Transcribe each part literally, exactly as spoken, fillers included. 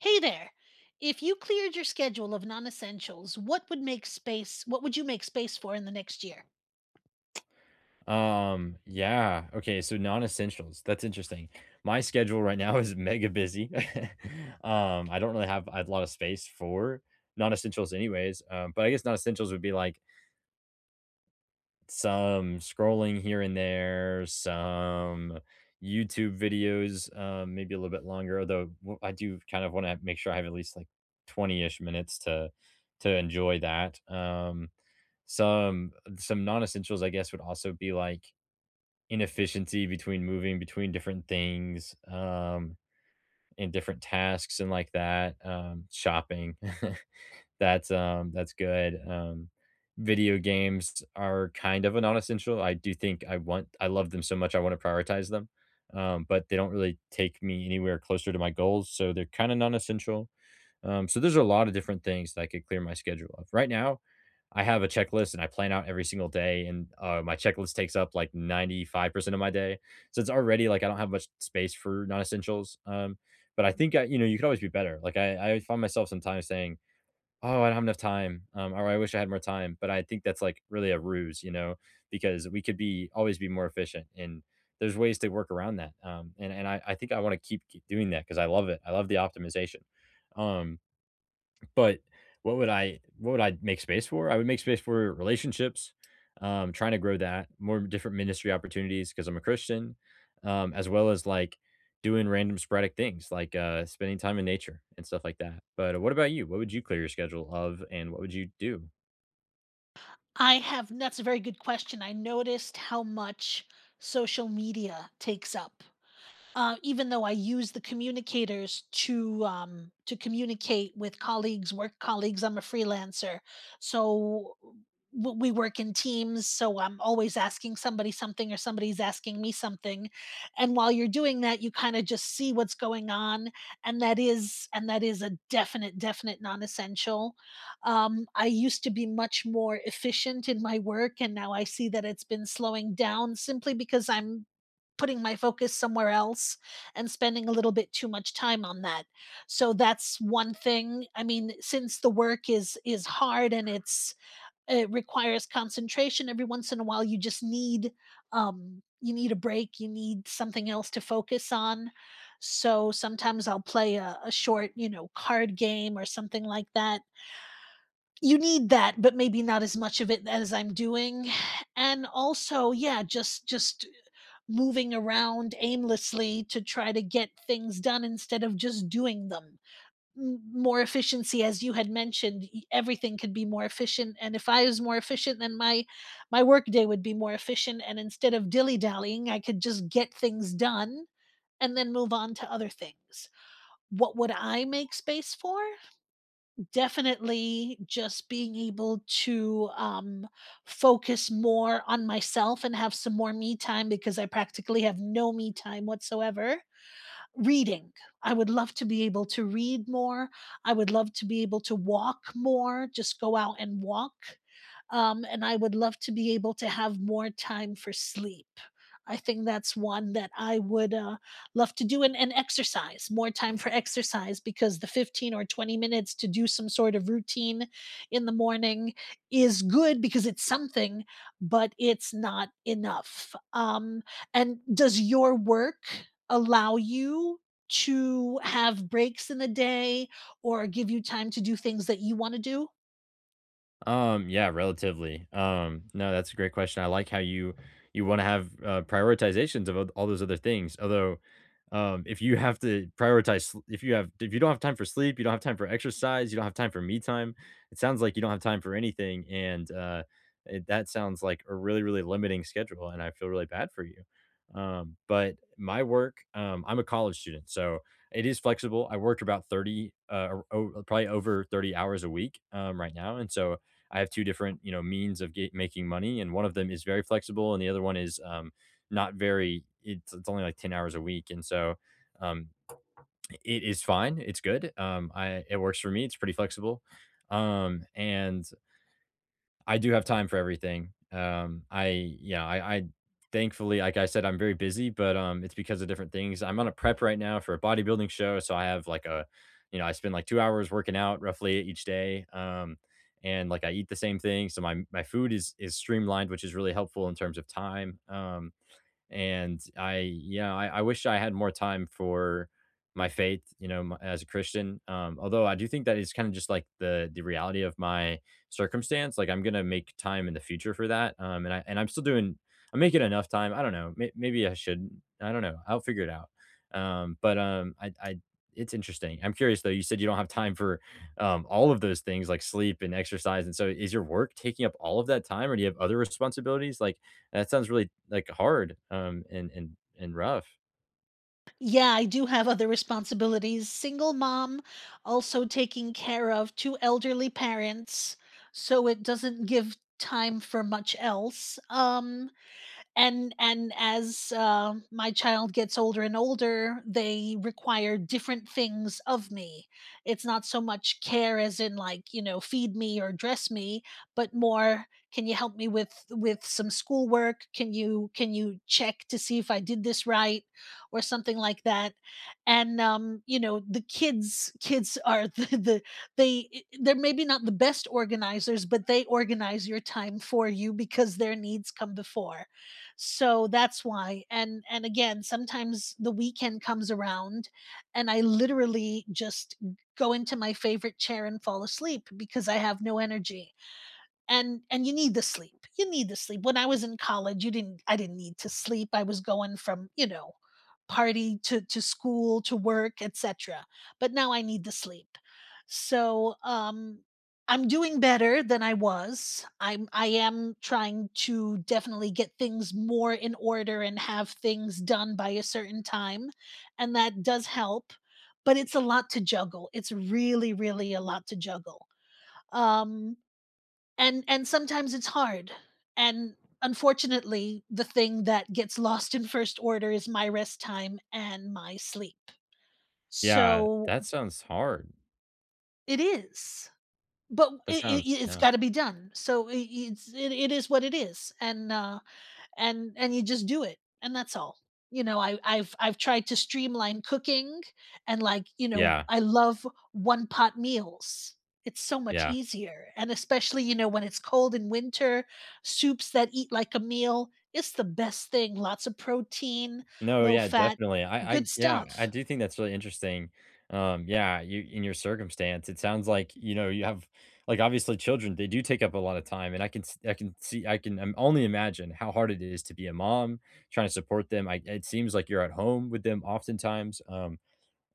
Hey there. If you cleared your schedule of non-essentials, what would make space what would you make space for in the next year? Um, yeah. Okay, so non-essentials. That's interesting. My schedule right now is mega busy. um, I don't really have a lot of space for non-essentials anyways. Um, but I guess non-essentials would be like some scrolling here and there, some YouTube videos, um, maybe a little bit longer, although w- I do kind of want to make sure I have at least like twenty-ish minutes to to enjoy that. Um, some some non-essentials I guess would also be like inefficiency between moving between different things, um, and different tasks and like that, um, shopping, that's, um, that's good, um, video games are kind of a non-essential. I do think I want I love them so much, I wanna prioritize them, um, but they don't really take me anywhere closer to my goals, so they're kinda non-essential. Um, so there's a lot of different things that I could clear my schedule of. Right now I have a checklist and I plan out every single day, and uh, my checklist takes up like ninety-five percent of my day. So it's already like I don't have much space for non essentials. Um, but I think, I, you know, you could always be better. Like I, I find myself sometimes saying, oh, I don't have enough time, um, or I wish I had more time. But I think that's like really a ruse, you know, because we could be always be more efficient. And there's ways to work around that. Um, and, and I, I think I want to keep keep doing that because I love it. I love the optimization. Um, but what would I what would I make space for? I would make space for relationships, um, trying to grow that, more different ministry opportunities because I'm a Christian, um, as well as like doing random sporadic things like uh, spending time in nature and stuff like that. But uh, what about you? What would you clear your schedule of, and what would you do? I have that's a very good question. I noticed how much social media takes up, uh, even though I use the communicators to um, to communicate with colleagues, work colleagues. I'm a freelancer, so w- we work in teams. So I'm always asking somebody something, or somebody's asking me something. And while you're doing that, you kind of just see what's going on, and that is and that is a definite, definite non-essential. Um, I used to be much more efficient in my work, and now I see that it's been slowing down simply because I'm putting my focus somewhere else and spending a little bit too much time on that. So that's one thing. I mean, since the work is is hard and it's it requires concentration, every once in a while you just need um you need a break, you need something else to focus on. So sometimes I'll play a, a short, you know, card game or something like that. You need that, but maybe not as much of it as I'm doing. And also, yeah, just just moving around aimlessly to try to get things done instead of just doing them. More efficiency, as you had mentioned, everything could be more efficient. And if I was more efficient, then my my work day would be more efficient. And instead of dilly dallying, I could just get things done and then move on to other things. What would I make space for? Definitely just being able to, um, focus more on myself and have some more me time because I practically have no me time whatsoever. Reading, I would love to be able to read more. I would love to be able to walk more, just go out and walk. Um, and I would love to be able to have more time for sleep. I think that's one that I would, uh, love to do. And, and exercise, more time for exercise, because the fifteen or twenty minutes to do some sort of routine in the morning is good because it's something, but it's not enough. Um, and does your work allow you to have breaks in the day or give you time to do things that you want to do? Um, yeah, relatively. Um, no, that's a great question. I like how you you want to have uh, prioritizations of all all those other things. Although, um, if you have to prioritize, sl- if you have, if you don't have time for sleep, you don't have time for exercise, you don't have time for me time. It sounds like you don't have time for anything, and uh, it, that sounds like a really, really limiting schedule. And I feel really bad for you. Um, but my work, um, I'm a college student, so it is flexible. I work about thirty, uh, o- probably over thirty hours a week, um, right now. And so I have two different, you know, means of get, making money, and one of them is very flexible, and the other one is um, not very. It's, it's only like ten hours a week, and so um, it is fine. It's good. Um, I it works for me. It's pretty flexible, um, and I do have time for everything. Um, I yeah, I, I thankfully, like I said, I'm very busy, but um, it's because of different things. I'm on a prep right now for a bodybuilding show, so I have like a, you know, I spend like two hours working out roughly each day. Um, and like I eat the same thing, so my my food is is streamlined, which is really helpful in terms of time. Um, and I, yeah, I, I wish I had more time for my faith, you know, m as a Christian. Um, although I do think that it's kind of just like the the reality of my circumstance. Like I'm gonna make time in the future for that, um, and I and I'm still doing. I'm making enough time. I don't know. May, maybe I should. I don't know. I'll figure it out. Um, but um, I, I, it's interesting. I'm curious though. You said you don't have time for um, all of those things like sleep and exercise. And so, is your work taking up all of that time, or do you have other responsibilities? Like, that sounds really, like, hard, um, and and and rough. Yeah, I do have other responsibilities. Single mom, also taking care of two elderly parents, so it doesn't give time for much else. Um, and and as, uh, my child gets older and older, they require different things of me. It's not so much care as in, like, you know, feed me or dress me, but more, can you help me with with some schoolwork, can you can you check to see if I did this right or something like that. And, um, you know, the kids kids are the, the they they're maybe not the best organizers, but they organize your time for you because their needs come before. So that's why. And, and again, sometimes the weekend comes around and I literally just go into my favorite chair and fall asleep because I have no energy. And and you need the sleep, you need the sleep when I was in college, you didn't I didn't need to sleep, I was going from, you know, party to to school to work, etc. But now I need the sleep. So, um, I'm doing better than I was. i'm I am trying to definitely get things more in order and have things done by a certain time, and that does help. But it's a lot to juggle, it's really really a lot to juggle. Um, and, and sometimes it's hard, and unfortunately, the thing that gets lost in first order is my rest time and my sleep. Yeah, So, that sounds hard. it is, but That it sounds it it's yeah. gotta be done. So, I it's, it it is what it is, and, uh and and you just do it and that's all. You know, I, I've i've tried to streamline cooking, and, like, you know, Yeah, I love one pot meals. It's so much yeah. easier, and especially, you know, when it's cold in winter, soups that eat like a meal, it's the best thing. Lots of protein, No, low yeah, fat, definitely. I I good yeah, I stuff. do think that's really interesting. Um, yeah, you in your circumstance, it sounds like, you know, you have like, obviously, children, they do take up a lot of time, and I can s I can see I can, um, only imagine how hard it is to be a mom, trying to support them. I It seems like you're at home with them oftentimes, um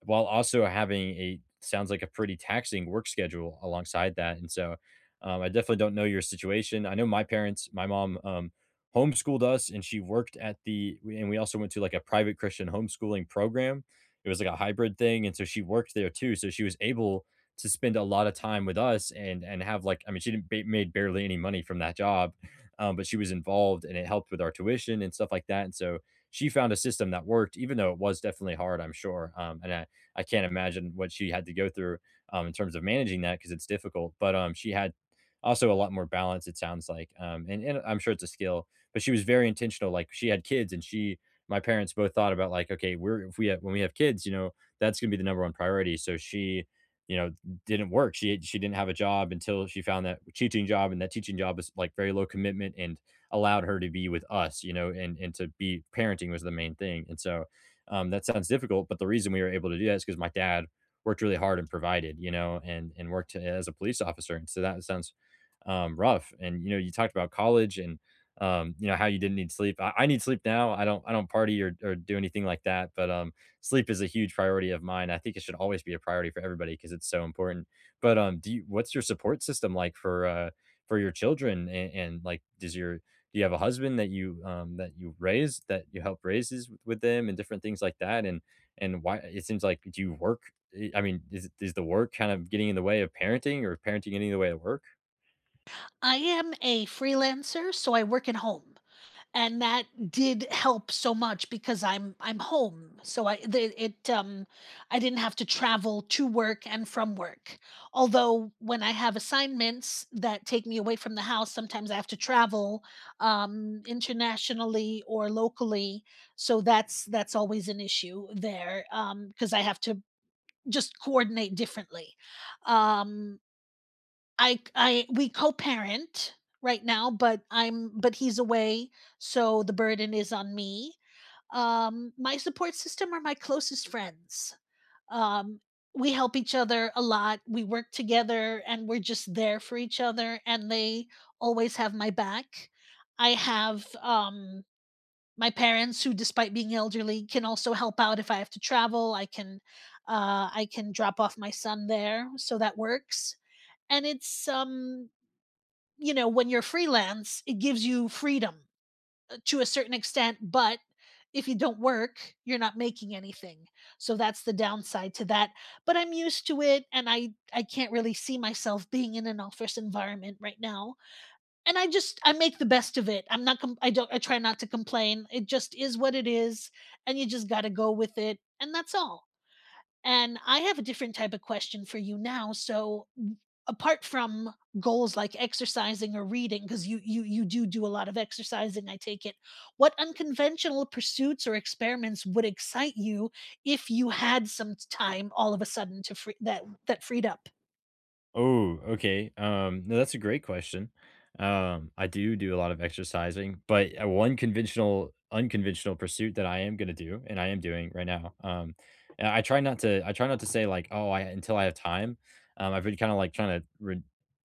while also having a sounds like a pretty taxing work schedule alongside that. And so, um, I definitely don't know your situation. I know my parents, my mom, um, homeschooled us, and she worked at the we- and we also went to like a private Christian homeschooling program. It was like a hybrid thing, and so she worked there too. So she was able to spend a lot of time with us and and have like I mean she didn't ba- made barely any money from that job, um, but she was involved and it helped with our tuition and stuff like that. And so she found a system that worked, even though it was definitely hard, I'm sure. Um, and I, I can't imagine what she had to go through, um, in terms of managing that because it's difficult, but, um, she had also a lot more balance, it sounds like, um, and and I'm sure it's a skill, but she was very intentional. Like, she had kids and she my parents both thought about, like, "Okay, we're if we have when we have kids, you know, that's gonna be the number one priority," so she, you know, didn't work, she she didn't have a job until she found that teaching job, and that teaching job is, like, very low commitment and allowed her to be with us, you know, and and to be parenting was the main thing, and so um, that sounds difficult, but the reason we were able to do that is because my dad worked really hard and provided, you know, and and worked uh, as a police officer. And so that sounds um, rough. And you know, you talked about college and um, you know how you didn't need sleep. I, I need sleep now. I don't. I don't party or, or do anything like that. But um, sleep is a huge priority of mine. I think it should always be a priority for everybody because it's so important. But um, do you, what's your support system like for uh, for your children? And, and like, does your do you have a husband that you um that you raised that you help raises with, with them and different things like that and and why it seems like do you work i I mean is, is the work kind of getting in the way of parenting or parenting getting in the way of work? I am a freelancer, so I work at home, and that did help so much because i'm I'm home, so I the, it um I didn't have to travel to work and from work. Although when I have assignments that take me away from the house, sometimes I have to travel, um, internationally or locally. So that's that's always an issue there, um, because I have to just coordinate differently. Um, I I we co-parent right now, but I'm but he's away, so the burden is on me. Um, my support system are my closest friends. Um, we help each other a lot. We work together and we're just there for each other, and they always have my back. I have, um, my parents, who despite being elderly can also help out if I have to travel. I can, uh I can drop off my son there, so that works. And it's, um, you know, when you're freelance, it gives you freedom, uh, to a certain extent, but if you don't work, you're not making anything. So that's the downside to that. But I'm used to it, and I I can't really see myself being in an office environment right now. And I just, I make the best of it. I'm not com- I don't, I try not to complain. It just is what it is, and you just got to go with it, and that's all. And I have a different type of question for you now. So, w- apart from goals like exercising or reading, because you you you do do a lot of exercising, I take it. What unconventional pursuits or experiments would excite you if you had some time all of a sudden to free that that freed up? Oh, okay. Um, no, that's a great question. Um, I do do a lot of exercising, but uh, one conventional, unconventional pursuit that I am going to do, and I am doing right now. Um, and I try not to, I try not to say like, oh, I until I have time. Um, I've been kind of like trying to re-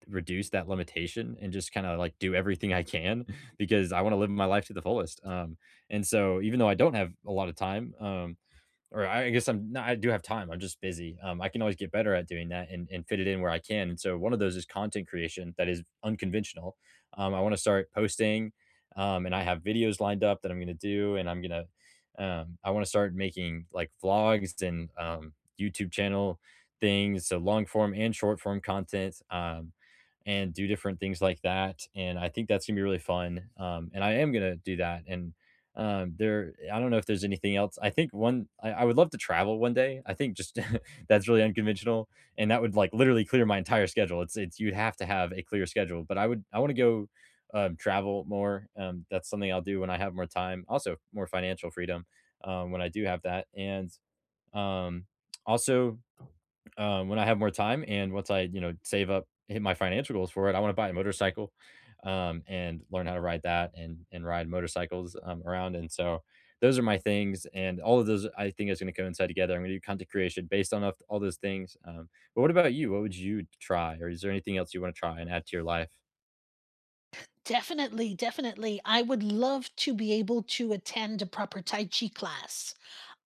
reduce that limitation and just kind of like do everything I can because I want to live my life to the fullest. Um, and so even though I don't have a lot of time, um, or I guess I'm not. I do have time, I'm just busy. Um, I can always get better at doing that and and fit it in where I can, and so one of those is content creation that is unconventional. Um, I wanna start posting, um, and I have videos lined up that I'm gonna do, and I'm gonna um, I wanna start making, like, vlogs and, um, YouTube channel things, so long form and short form content, um, and do different things like that, and I think that's gonna be really fun, um, and I am gonna do that, and um, there, I don't know if there's anything else. I think one, I, I would love to travel one day. I think just that's really unconventional, and that would like literally clear my entire schedule. It's it's you'd have to have a clear schedule, but I would I want to go um, travel more. Um, that's something I'll do when I have more time. Also, more financial freedom um, when I do have that, and um, also um, when I have more time and once I, you know, save up, hit my financial goals for it, I want to buy a motorcycle, um, and learn how to ride that and and ride motorcycles um, around. And so those are my things, and all of those I think is going to coincide together. I'm going to do content creation based on of- all those things. Um, but what about you? What would you try, or is there anything else you want to try and add to your life? Definitely, definitely. I would love to be able to attend a proper Tai Chi class.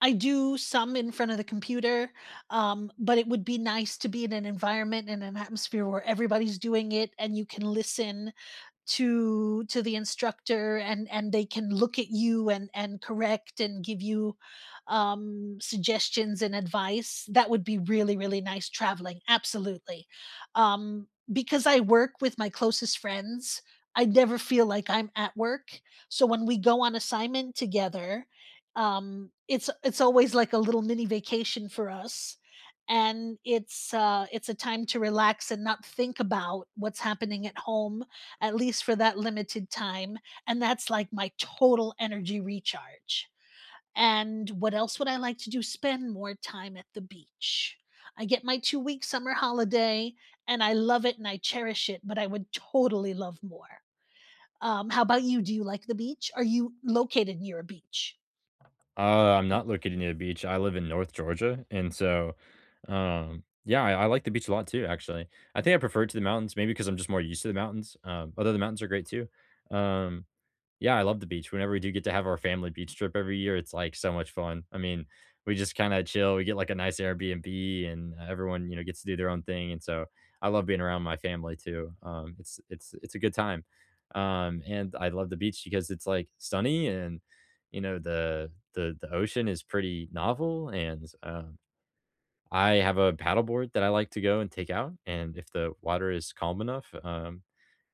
I do some in front of the computer, um, but it would be nice to be in an environment and an atmosphere where everybody's doing it, and you can listen to to the instructor, and and they can look at you and and correct and give you, um, suggestions and advice. That would be really, really nice. Traveling, absolutely. Um, because I work with my closest friends, I never feel like I'm at work. So when we go on assignment together, um, it's it's always like a little mini vacation for us, and it's, uh it's a time to relax and not think about what's happening at home, at least for that limited time. And that's like my total energy recharge. And what else would I like to do? Spend more time at the beach. I get my two week summer holiday and I love it and I cherish it, but I would totally love more. Um, how about you? Do you like the beach? Are you located near a beach? Uh, I'm not located near the beach. I live in North Georgia, and so, um, yeah, I, I like the beach a lot too. Actually, I think I prefer it to the mountains, maybe because I'm just more used to the mountains. Um, although the mountains are great too. Um, yeah, I love the beach. Whenever we do get to have our family beach trip every year, it's like so much fun. I mean, we just kind of chill. We get like a nice Airbnb, and uh, everyone you know gets to do their own thing. And so I love being around my family too. Um, it's it's it's a good time, um, and I love the beach because it's like sunny and you know the the the ocean is pretty novel. And um, I have a paddleboard that I like to go and take out, and if the water is calm enough, um,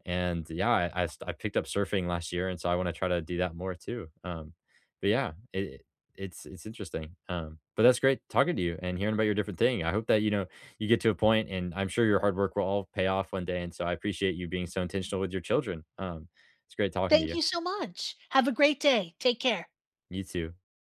and yeah, I I st I picked up surfing last year, and so I wanna try to do that more too. Um, but yeah, it it's it's interesting. Um, but that's great talking to you and hearing about your different thing. I hope that, you know, you get to a point, and I'm sure your hard work will all pay off one day, and so I appreciate you being so intentional with your children. Um, it's great talking to Thank you. you so much. Have a great day. Take care. You too.